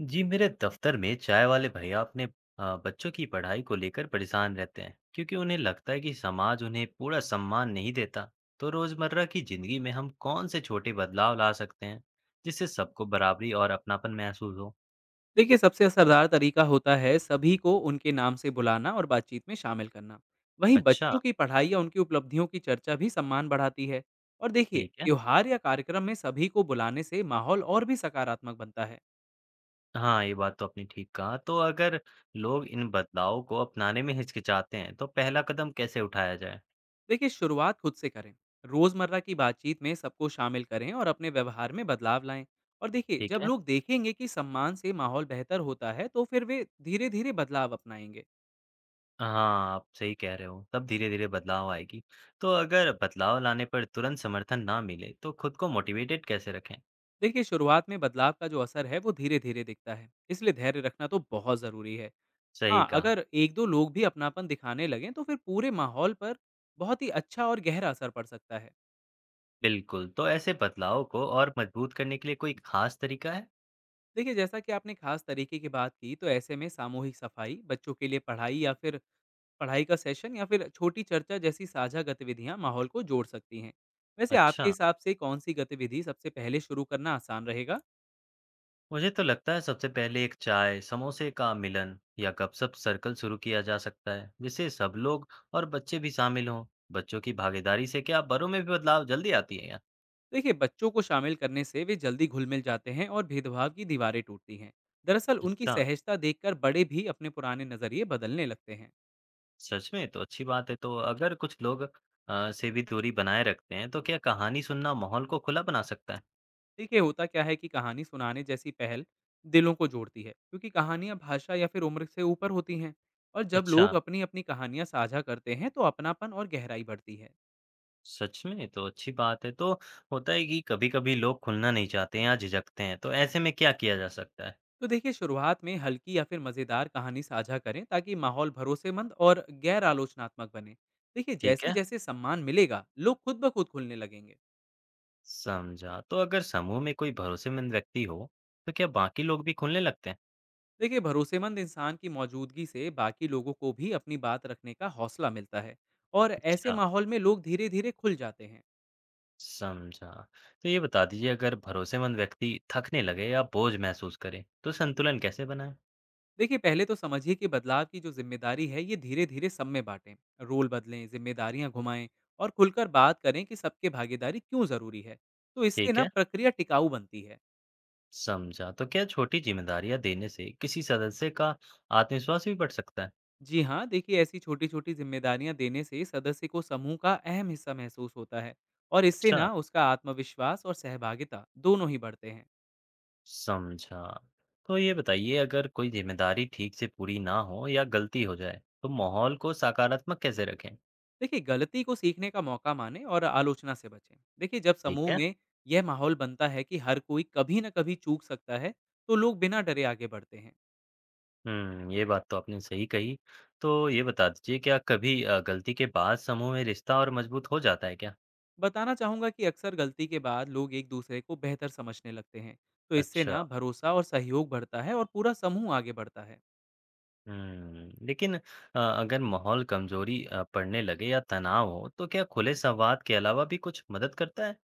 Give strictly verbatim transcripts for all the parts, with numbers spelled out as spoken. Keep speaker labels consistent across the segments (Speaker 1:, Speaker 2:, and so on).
Speaker 1: जी, मेरे दफ्तर में चाय वाले भैया अपने आ, बच्चों की पढ़ाई को लेकर परेशान रहते हैं क्योंकि उन्हें लगता है कि समाज उन्हें पूरा सम्मान नहीं देता। तो रोजमर्रा की जिंदगी में हम कौन से छोटे बदलाव ला सकते हैं जिससे सबको बराबरी और अपनापन महसूस हो।
Speaker 2: देखिए, सबसे असरदार तरीका होता है सभी को उनके नाम से बुलाना और बातचीत में शामिल करना। वहीं
Speaker 1: अच्छा।
Speaker 2: बच्चों की पढ़ाई या उनकी उपलब्धियों की चर्चा भी सम्मान बढ़ाती है। और देखिए,
Speaker 1: ठीक है।
Speaker 2: त्योहार या कार्यक्रम में सभी को बुलाने से माहौल और भी सकारात्मक बनता है।
Speaker 1: हाँ, ये बात तो आपने ठीक कहा। तो अगर लोग इन बदलावों को अपनाने में हिचकिचाते हैं तो पहला कदम कैसे उठाया जाए?
Speaker 2: देखिए, शुरुआत खुद से करें। रोजमर्रा की बातचीत में सबको शामिल करें और अपने व्यवहार में बदलाव लाएं। और देखिए,
Speaker 1: ठीक
Speaker 2: जब
Speaker 1: है।
Speaker 2: लोग देखेंगे कि सम्मान से माहौल बेहतर होता है, तो फिर वे धीरे धीरे बदलाव अपनाएंगे।
Speaker 1: हाँ, आप सही कह रहे हो। तब धीरे-धीरे बदलाव आएगी। तो अगर बदलाव लाने पर तुरंत समर्थन ना मिले, तो खुद को मोटिवेटेड कैसे रखें?
Speaker 2: देखिए, शुरुआत में बदलाव का जो असर है वो धीरे धीरे दिखता है, इसलिए धैर्य रखना तो बहुत ज़रूरी है।
Speaker 1: सही
Speaker 2: हाँ,
Speaker 1: कहा।
Speaker 2: अगर एक दो लोग भी अपनापन दिखाने लगें तो फिर पूरे माहौल पर बहुत ही अच्छा और गहरा असर पड़ सकता है।
Speaker 1: बिल्कुल। तो ऐसे बदलाव को और मजबूत करने के लिए कोई खास तरीका है?
Speaker 2: देखिए, जैसा कि आपने खास तरीके की बात की, तो ऐसे में सामूहिक सफाई, बच्चों के लिए पढ़ाई या फिर पढ़ाई का सेशन या फिर छोटी चर्चा जैसी साझा गतिविधियां माहौल को जोड़ सकती हैं। वैसे आपके
Speaker 1: अच्छा,
Speaker 2: हिसाब से कौन सी गतिविधि सबसे पहले शुरू करना आसान रहेगा?
Speaker 1: मुझे तो लगता है सबसे पहले एक चाय, समोसे का मिलन या गपशप सर्कल शुरू किया जा सकता है, जिससे सब लोग और बच्चे भी शामिल हों। बच्चों की भागीदारी से क्या बड़ों में भी बदलाव जल्दी आती है यार?
Speaker 2: देखिए, बच्चों को शामिल करने से वे जल्दी घुल मिल जाते हैं और भेदभाव की दीवारें टूटती हैं। दरअसल उनकी
Speaker 1: अच्छा।
Speaker 2: सहजता देखकर बड़े भी अपने पुराने नज़रिए बदलने लगते हैं।
Speaker 1: सच में? तो अच्छी बात है। तो अगर कुछ लोग अ, से भी दूरी बनाए रखते हैं, तो क्या कहानी सुनना माहौल को खुला बना सकता है?
Speaker 2: देखिए, होता क्या है कि कहानी सुनाने जैसी पहल दिलों को जोड़ती है, क्योंकि कहानियाँ भाषा या फिर उम्र से ऊपर होती हैं। और जब
Speaker 1: अच्छा,
Speaker 2: लोग अपनी अपनी कहानियाँ साझा करते हैं तो अपनापन और गहराई बढ़ती है।
Speaker 1: सच में? तो अच्छी बात है। तो होता है कि कभी-कभी लोग खुलना नहीं चाहते हैं या झिझकते हैं, तो ऐसे में क्या किया जा सकता है?
Speaker 2: तो देखिए, शुरुआत में हल्की या फिर मज़ेदार कहानी साझा करें, ताकि माहौल भरोसेमंद और गैर आलोचनात्मक बने। देखिए,
Speaker 1: ठीक
Speaker 2: जैसे
Speaker 1: है,
Speaker 2: जैसे सम्मान मिलेगा, लोग खुद ब खुद खुलने लगेंगे।
Speaker 1: समझा। तो अगर समूह में कोई भरोसेमंद व्यक्ति हो, तो क्या बाकी लोग भी खुलने लगते हैं?
Speaker 2: देखिए, भरोसेमंद इंसान की मौजूदगी से बाकी लोगों को भी अपनी बात रखने का हौसला मिलता है। और ऐसे
Speaker 1: अच्छा,
Speaker 2: माहौल में लोग धीरे धीरे खुल जाते हैं।
Speaker 1: समझा। तो ये बता दीजिए अगर भरोसेमंद व्यक्ति थकने लगे या बोझ महसूस करे, तो संतुलन कैसे बनाएँ?
Speaker 2: देखिए, पहले तो समझिए कि बदलाव की जो जिम्मेदारी है ये धीरे धीरे सब में बांटें। रोल बदलें, जिम्मेदारियां घुमाएं, और खुलकर बात करें कि सबके भागीदारी क्यों ज़रूरी है। तो इससे
Speaker 1: ठीक
Speaker 2: ना
Speaker 1: है।
Speaker 2: प्रक्रिया टिकाऊ बनती है।
Speaker 1: समझा। तो क्या छोटी जिम्मेदारियां देने से किसी सदस्य का आत्मविश्वास भी बढ़ सकता है?
Speaker 2: जी हाँ, देखिए, ऐसी छोटी छोटी जिम्मेदारियां देने से सदस्य को समूह का अहम हिस्सा महसूस होता है। और इससे
Speaker 1: अच्छा,
Speaker 2: ना उसका आत्मविश्वास और सहभागिता दोनों ही बढ़ते हैं।
Speaker 1: समझा। तो ये बताइए अगर कोई जिम्मेदारी ठीक से पूरी ना हो या गलती हो जाए, तो माहौल को सकारात्मक कैसे रखें?
Speaker 2: देखिए, गलती को सीखने का मौका मानें और आलोचना से बचें। देखिए, जब
Speaker 1: ठीक
Speaker 2: समूह
Speaker 1: है।
Speaker 2: में यह माहौल बनता है कि हर कोई कभी न कभी चूक सकता है, तो लोग बिना डरे आगे बढ़ते हैं।
Speaker 1: हुँ, ये बात तो आपने सही कही। तो ये बता दीजिए क्या कभी अ, गलती के बाद समूह में रिश्ता और मजबूत हो जाता है क्या?
Speaker 2: बताना चाहूँगा कि अक्सर गलती के बाद लोग एक दूसरे को बेहतर समझने लगते हैं। तो इससे
Speaker 1: अच्छा।
Speaker 2: ना भरोसा और सहयोग बढ़ता है और पूरा समूह आगे बढ़ता है।
Speaker 1: हुँ, लेकिन अ, अगर माहौल कमजोरी अ, पड़ने लगे या तनाव हो, तो क्या खुले संवाद के अलावा भी कुछ मदद करता है?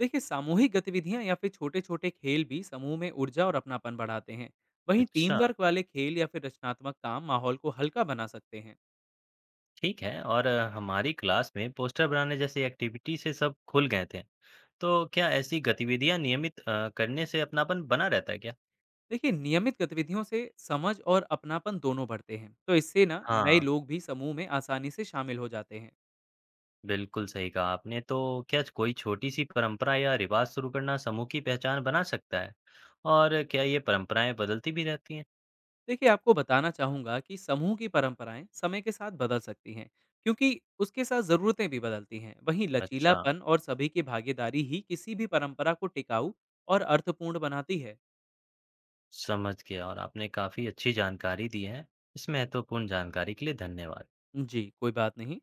Speaker 2: देखिए, सामूहिक गतिविधियाँ या फिर छोटे-छोटे खेल भी समूह में ऊर्जा और अपनापन बढ़ाते हैं। वहीं टीम
Speaker 1: अच्छा,
Speaker 2: वर्क वाले खेल या फिर रचनात्मक काम माहौल को हल्का बना सकते हैं।
Speaker 1: ठीक है। और अ, हमारी क्लास में पोस्टर बनाने जैसी एक्टिविटी से सब खुल गए थे। तो क्या ऐसी गतिविधियां नियमित अ, करने से अपनापन बना रहता है क्या?
Speaker 2: देखिए, नियमित गतिविधियों से समझ और अपनापन दोनों बढ़ते हैं, तो इससे ना नए
Speaker 1: हाँ,
Speaker 2: लोग भी समूह में आसानी से शामिल हो जाते हैं।
Speaker 1: बिल्कुल सही कहा आपने। तो क्या कोई छोटी सी परंपरा या रिवाज शुरू करना समूह की पहचान बना सकता है? और क्या ये परंपराएं बदलती भी रहती हैं?
Speaker 2: देखिए, आपको बताना चाहूंगा कि समूह की परंपराएं समय के साथ बदल सकती हैं, क्योंकि उसके साथ ज़रूरतें भी बदलती हैं। वहीं
Speaker 1: अच्छा,
Speaker 2: लचीलापन और सभी की भागीदारी ही किसी भी परंपरा को टिकाऊ और अर्थपूर्ण बनाती है।
Speaker 1: समझ गया। और आपने काफी अच्छी जानकारी दी है। इस महत्वपूर्ण जानकारी के लिए धन्यवाद।
Speaker 2: जी कोई बात नहीं।